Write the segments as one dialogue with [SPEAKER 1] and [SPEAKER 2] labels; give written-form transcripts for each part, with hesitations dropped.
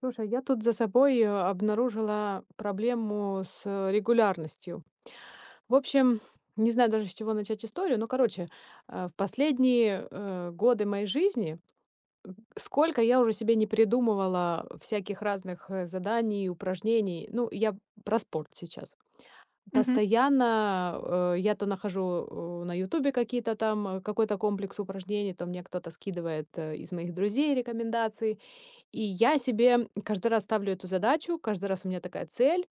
[SPEAKER 1] Слушай, я тут за собой обнаружила проблему с регулярностью. В общем, не знаю даже с чего начать историю, но, короче, в последние годы моей жизни, сколько я уже себе не придумывала всяких разных заданий, упражнений, ну, я про спорт сейчас.
[SPEAKER 2] Мгм,
[SPEAKER 1] Постоянно я то нахожу на Ютубе какие-то там, какой-то комплекс упражнений, то мне кто-то скидывает из моих друзей рекомендации, и я себе каждый раз ставлю эту задачу, каждый раз у меня такая цель,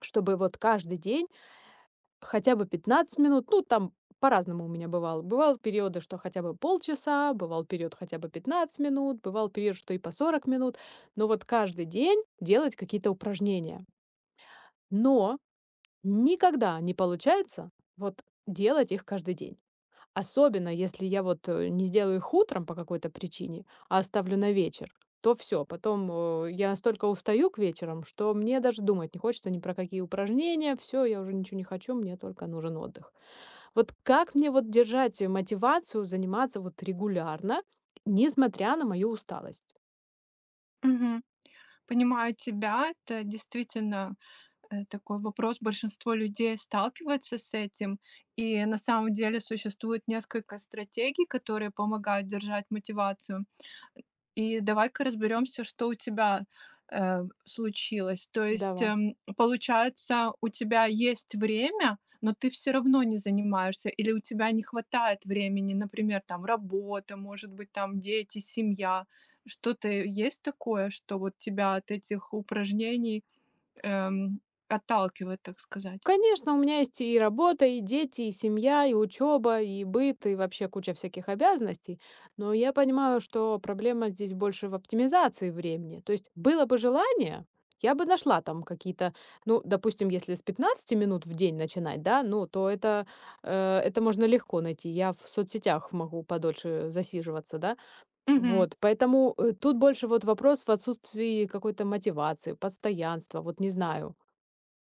[SPEAKER 1] чтобы вот каждый день хотя бы 15 минут, ну, там по-разному у меня бывало. Бывал периоды, что хотя бы полчаса, бывал период хотя бы 15 минут, бывал период, что и по 40 минут, но вот каждый день делать какие-то упражнения. Но никогда не получается вот делать их каждый день. Особенно, если я вот, не сделаю их утром по какой-то причине, а оставлю на вечер, то все, потом, я настолько устаю к вечерам, что мне даже думать не хочется ни про какие упражнения. Все, я уже ничего не хочу, мне только нужен отдых. Вот как мне вот держать, мотивацию заниматься вот регулярно, несмотря на мою усталость?
[SPEAKER 2] мгм. Понимаю тебя. Это действительно, такой вопрос. Большинство людей сталкивается с этим. И на самом деле существует несколько стратегий, которые помогают держать мотивацию. И давай-ка разберемся, что у тебя, случилось. То есть,
[SPEAKER 1] Давай.
[SPEAKER 2] получается, у тебя есть время, но ты все равно не занимаешься, или у тебя не хватает времени, например, там работа, может быть, там дети, семья. Что-то есть такое, что вот тебя от этих упражнений, эм, отталкивает, так сказать?
[SPEAKER 1] Конечно, у меня есть и работа, и дети, и семья, и учеба, и быт, и вообще куча всяких обязанностей. Но я понимаю, что проблема здесь больше в оптимизации времени. То есть было бы желание, я бы нашла там какие-то, ну, допустим, если с 15 минут в день начинать, да, ну, то это, это можно легко найти. Я в соцсетях могу подольше засиживаться, да.
[SPEAKER 2] Мгм.
[SPEAKER 1] Вот, поэтому тут больше вот вопрос в отсутствии какой-то мотивации, постоянства, вот не знаю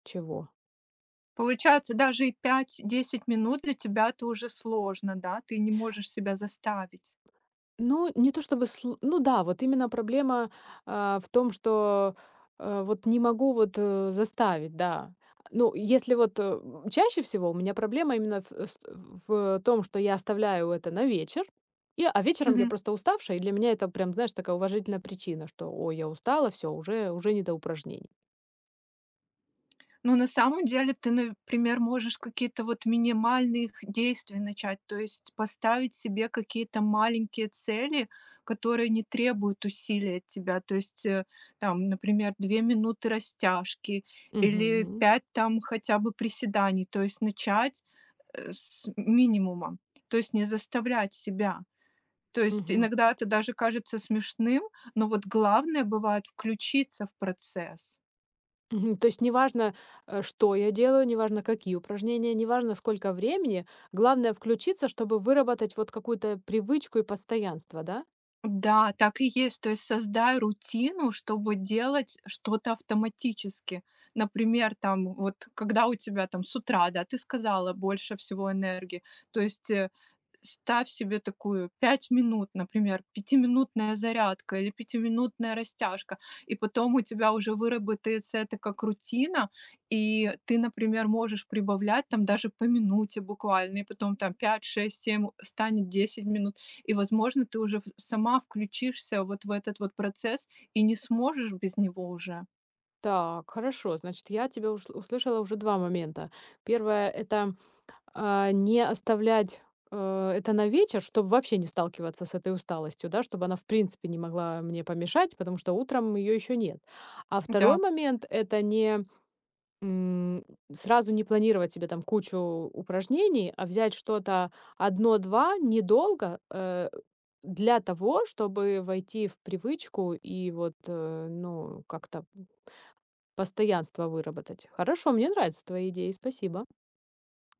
[SPEAKER 1] чего.
[SPEAKER 2] Получается, даже и пять-десять минут для тебя это уже сложно, да? Ты не можешь себя заставить.
[SPEAKER 1] Ну, не то чтобы сл ну да, вот именно проблема, а, в том, что, вот не могу вот, заставить, да. Ну, если вот, чаще всего у меня проблема именно в с в том, что я оставляю это на вечер, и, а вечером я
[SPEAKER 2] Мгм.
[SPEAKER 1] просто уставшая, и для меня это прям, знаешь, такая уважительная причина, что: «Ой, я устала, все, уже не до упражнений».
[SPEAKER 2] Ну, на самом деле ты, например, можешь какие-то вот минимальных действий начать, то есть поставить себе какие-то маленькие цели, которые не требуют усилий от тебя. То есть, там, например, 2 минуты растяжки или
[SPEAKER 1] Мгм.
[SPEAKER 2] 5 там хотя бы приседаний. То есть начать, с минимума, то есть не заставлять себя. То есть иногда это даже кажется смешным, но вот главное бывает включиться в процесс.
[SPEAKER 1] Мгм. То есть неважно, что я делаю, неважно, какие упражнения, неважно, сколько времени. Главное включиться, чтобы выработать вот какую-то привычку и постоянство, да?
[SPEAKER 2] Да, так и есть. То есть создай рутину, чтобы делать что-то автоматически. Например, там, вот когда у тебя там с утра, да, ты сказала, больше всего энергии. То есть ставь себе такую 5 минут, например, пятиминутная зарядка или пятиминутная растяжка, и потом у тебя уже выработается это как рутина, и ты, например, можешь прибавлять там даже по минуте буквально, и потом там 5, 6, 7 станет 10 минут, и, возможно, ты уже в сама включишься вот в этот вот процесс и не сможешь без него уже.
[SPEAKER 1] Так, хорошо. Значит, я тебя услышала уже два момента. Первое — это а, не оставлять это на вечер, чтобы вообще не сталкиваться с этой усталостью, да, чтобы она в принципе не могла мне помешать, потому что утром ее еще нет. А второй
[SPEAKER 2] Да.
[SPEAKER 1] момент — это не М, сразу не планировать себе там кучу упражнений, а взять что-то одно-два недолго, для того, чтобы войти в привычку и вот, ну, как-то постоянство выработать. Хорошо, мне нравятся твои идеи, спасибо.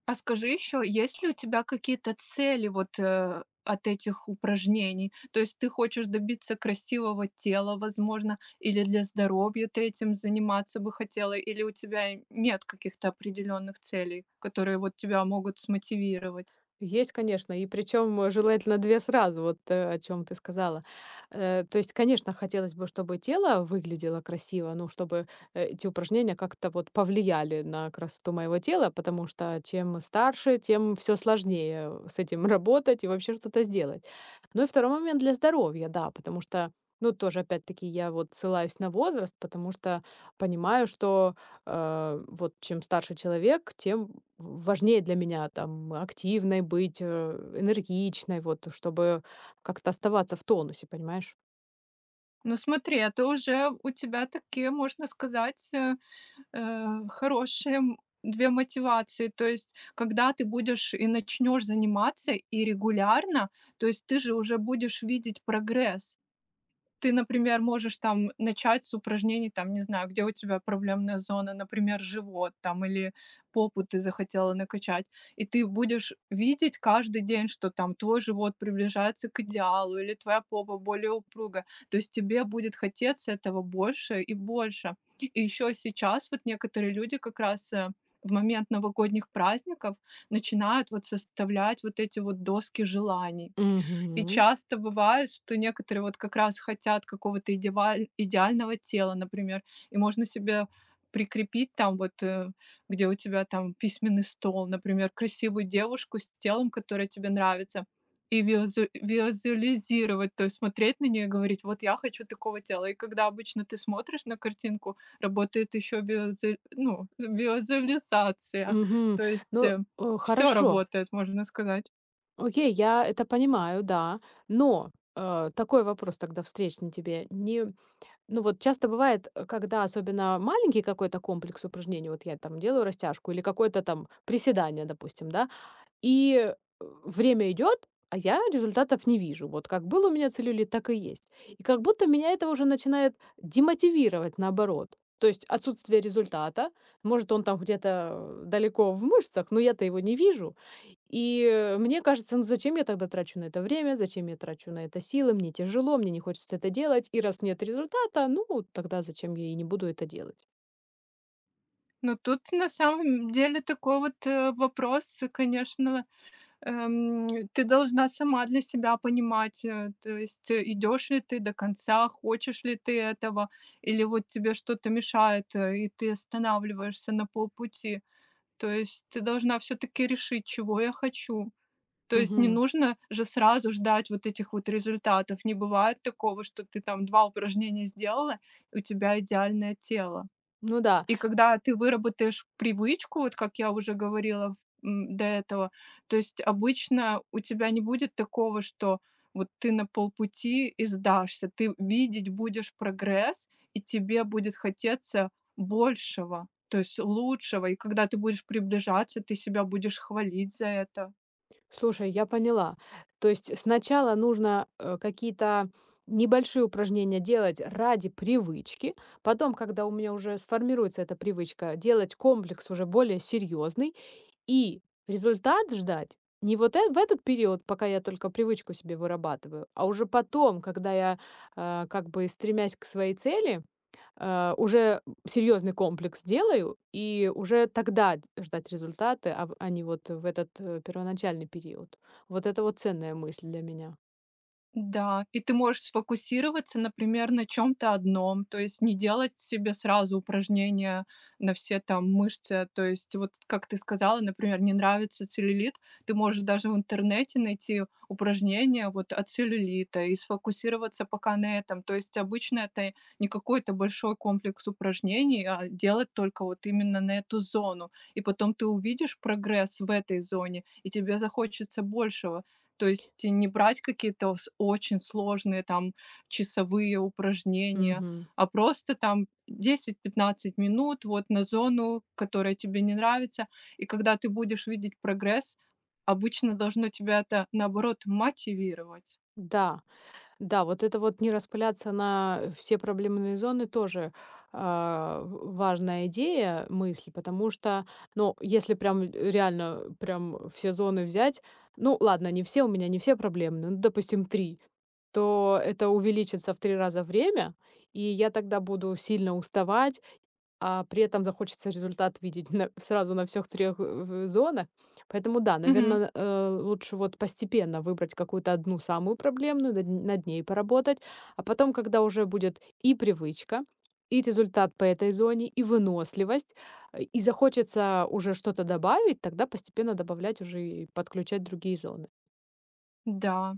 [SPEAKER 2] А скажи еще, есть ли у тебя какие-то цели вот, от этих упражнений? То есть ты хочешь добиться красивого тела, возможно, или для здоровья ты этим заниматься бы хотела, или у тебя и нет каких-то определенных целей, которые вот тебя могут смотивировать?
[SPEAKER 1] Есть, конечно, и причем, желательно 2 сразу, вот, о чем ты сказала. То есть, конечно, хотелось бы, чтобы тело выглядело красиво, ну, чтобы эти упражнения как-то вот повлияли на красоту моего тела, потому что чем старше, тем все сложнее с этим работать и вообще что-то сделать. Ну и второй момент для здоровья, да, потому что, ну, тоже опять-таки я вот ссылаюсь на возраст, потому что понимаю, что вот чем старше человек, тем важнее для меня там активной быть, энергичной, вот, чтобы как-то оставаться в тонусе, понимаешь?
[SPEAKER 2] Ну смотри, это уже у тебя такие, можно сказать, хорошие 2 мотивации. То есть, когда ты будешь и начнешь заниматься и регулярно, то есть ты же уже будешь видеть прогресс. Ты, например, можешь там начать с упражнений, там, не знаю, где у тебя проблемная зона, например, живот там или попу ты захотела накачать. И ты будешь видеть каждый день, что там твой живот приближается к идеалу или твоя попа более упруга, то есть тебе будет хотеться этого больше и больше. И еще сейчас вот некоторые люди как раз, в момент новогодних праздников начинают вот составлять вот эти вот доски желаний. И
[SPEAKER 1] Мгм.
[SPEAKER 2] часто бывает, что некоторые вот как раз хотят какого-то идеваль идеального тела, например, и можно себе прикрепить там вот, где у тебя там письменный стол, например, красивую девушку с телом, которое тебе нравится, и визуализировать, то есть смотреть на нее и говорить: "Вот я хочу такого тела". И когда обычно ты смотришь на картинку, работает еще ну, визуализация,
[SPEAKER 1] Мгм.
[SPEAKER 2] то есть,
[SPEAKER 1] Ну,
[SPEAKER 2] все
[SPEAKER 1] хорошо.
[SPEAKER 2] работает, можно сказать.
[SPEAKER 1] Окей, я это понимаю, да. Но такой вопрос тогда встречный тебе. Не, ну вот часто бывает, когда особенно маленький какой-то комплекс упражнений, вот я там делаю растяжку или какое-то там приседание, допустим, да, и, время идет, а я результатов не вижу. Вот как был у меня целлюлит, так и есть. И как будто меня это уже начинает демотивировать, наоборот. То есть отсутствие результата, может, он там где-то далеко в мышцах, но я-то его не вижу. И, мне кажется, ну зачем я тогда трачу на это время, зачем я трачу на это силы, мне тяжело, мне не хочется это делать, и раз нет результата, ну тогда зачем, я и не буду это делать.
[SPEAKER 2] Ну, тут на самом деле такой вот, вопрос, конечно, эм, ты должна сама для себя понимать, то есть идёшь ли ты до конца, хочешь ли ты этого, или вот тебе что-то мешает, и ты останавливаешься на полпути. То есть ты должна все таки решить, чего я хочу. То есть не
[SPEAKER 1] Мгм.
[SPEAKER 2] нужно же сразу ждать вот этих вот результатов. Не бывает такого, что ты там 2 упражнения сделала, и у тебя идеальное тело.
[SPEAKER 1] Ну да.
[SPEAKER 2] И когда ты выработаешь привычку, вот как я уже говорила до этого, то есть обычно у тебя не будет такого, что вот ты на полпути и сдашься. Ты видеть будешь прогресс, и тебе будет хотеться большего, то есть лучшего. И когда ты будешь приближаться, ты себя будешь хвалить за это.
[SPEAKER 1] Слушай, я поняла. То есть сначала нужно какие-то небольшие упражнения делать ради привычки, потом, когда у меня уже сформируется эта привычка, делать комплекс уже более серьезный и результат ждать не вот в этот период, пока я только привычку себе вырабатываю, а уже потом, когда я как бы стремясь к своей цели, уже серьезный комплекс делаю, и уже тогда д ждать результаты, а в а не вот в этот, первоначальный период. Вот это вот ценная мысль для меня.
[SPEAKER 2] Да, и ты можешь сфокусироваться, например, на чем то одном, то есть не делать себе сразу упражнения на все там мышцы. То есть вот, как ты сказала, например, не нравится целлюлит, ты можешь даже в интернете найти упражнения вот от целлюлита и сфокусироваться пока на этом. То есть обычно это не какой-то большой комплекс упражнений, а делать только вот именно на эту зону. И потом ты увидишь прогресс в этой зоне, и тебе захочется большего. То есть не брать какие-то с очень сложные там часовые упражнения,
[SPEAKER 1] Мгм.
[SPEAKER 2] а просто там 10-15 минут вот на зону, которая тебе не нравится. И когда ты будешь видеть прогресс, обычно должно тебя это, наоборот, мотивировать.
[SPEAKER 1] Да, да, вот это вот не распыляться на все проблемные зоны тоже, а, в важная идея, мысль, потому что, ну, если прям реально прям все зоны взять, ну, ладно, не все у меня, не все проблемные, ну, допустим, 3. То это увеличится в 3 раза время, и я тогда буду сильно уставать, а при этом захочется результат видеть на сразу на всех трех в зонах. Поэтому да,
[SPEAKER 2] Мгм.
[SPEAKER 1] наверное лучше вот постепенно выбрать какую-то одну самую проблемную, над ней поработать, а потом, когда уже будет и привычка, и результат по этой зоне, и выносливость, и захочется уже что-то добавить, тогда постепенно добавлять уже и подключать другие зоны.
[SPEAKER 2] Да.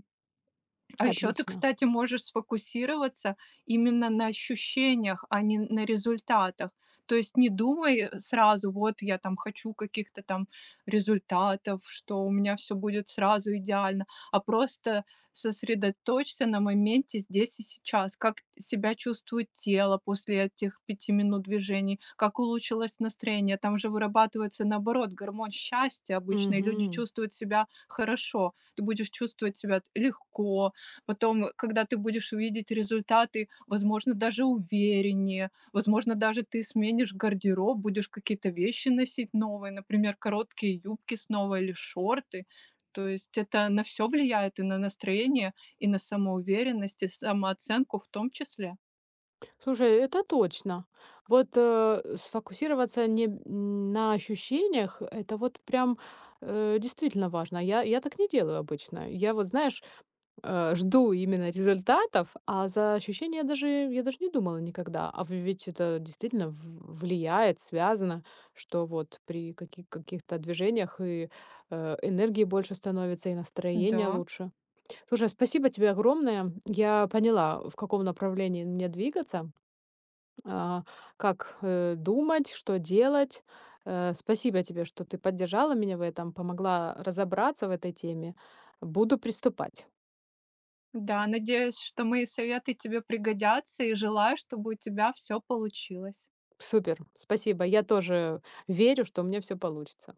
[SPEAKER 2] А еще ты,
[SPEAKER 1] Отлично.
[SPEAKER 2] кстати, можешь сфокусироваться именно на ощущениях, а не на результатах. То есть не думай сразу, вот я там хочу каких-то там результатов, что у меня все будет сразу идеально, а просто сосредоточься на моменте здесь и сейчас, как себя чувствует тело после этих пяти минут движений, как улучшилось настроение. Там же вырабатывается, наоборот, гормон счастья обычно, и люди
[SPEAKER 1] Мгм.
[SPEAKER 2] чувствуют себя хорошо. Ты будешь чувствовать себя легко. Потом, когда ты будешь видеть результаты, возможно, даже увереннее, возможно, даже ты сменишь гардероб, будешь какие-то вещи носить новые, например, короткие юбки снова или шорты. То есть это на все влияет, и на настроение, и на самоуверенность, и самооценку в том числе.
[SPEAKER 1] Слушай, это точно. Вот, сфокусироваться не м, на ощущениях — это вот прям, действительно важно. Я так не делаю обычно. Я вот, знаешь, жду именно результатов, а за ощущения я даже не думала никогда. А в ведь это действительно в влияет, связано, что вот при каких-то движениях и, энергии больше становится, и настроение
[SPEAKER 2] Да,
[SPEAKER 1] лучше. Слушай, спасибо тебе огромное. Я поняла, в каком направлении мне двигаться а, как, думать, что делать. Спасибо тебе, что ты поддержала меня в этом, помогла разобраться в этой теме. Буду приступать.
[SPEAKER 2] да, надеюсь, что мои советы тебе пригодятся, и желаю, чтобы у тебя все получилось.
[SPEAKER 1] Супер, спасибо. Я тоже верю, что у меня все получится.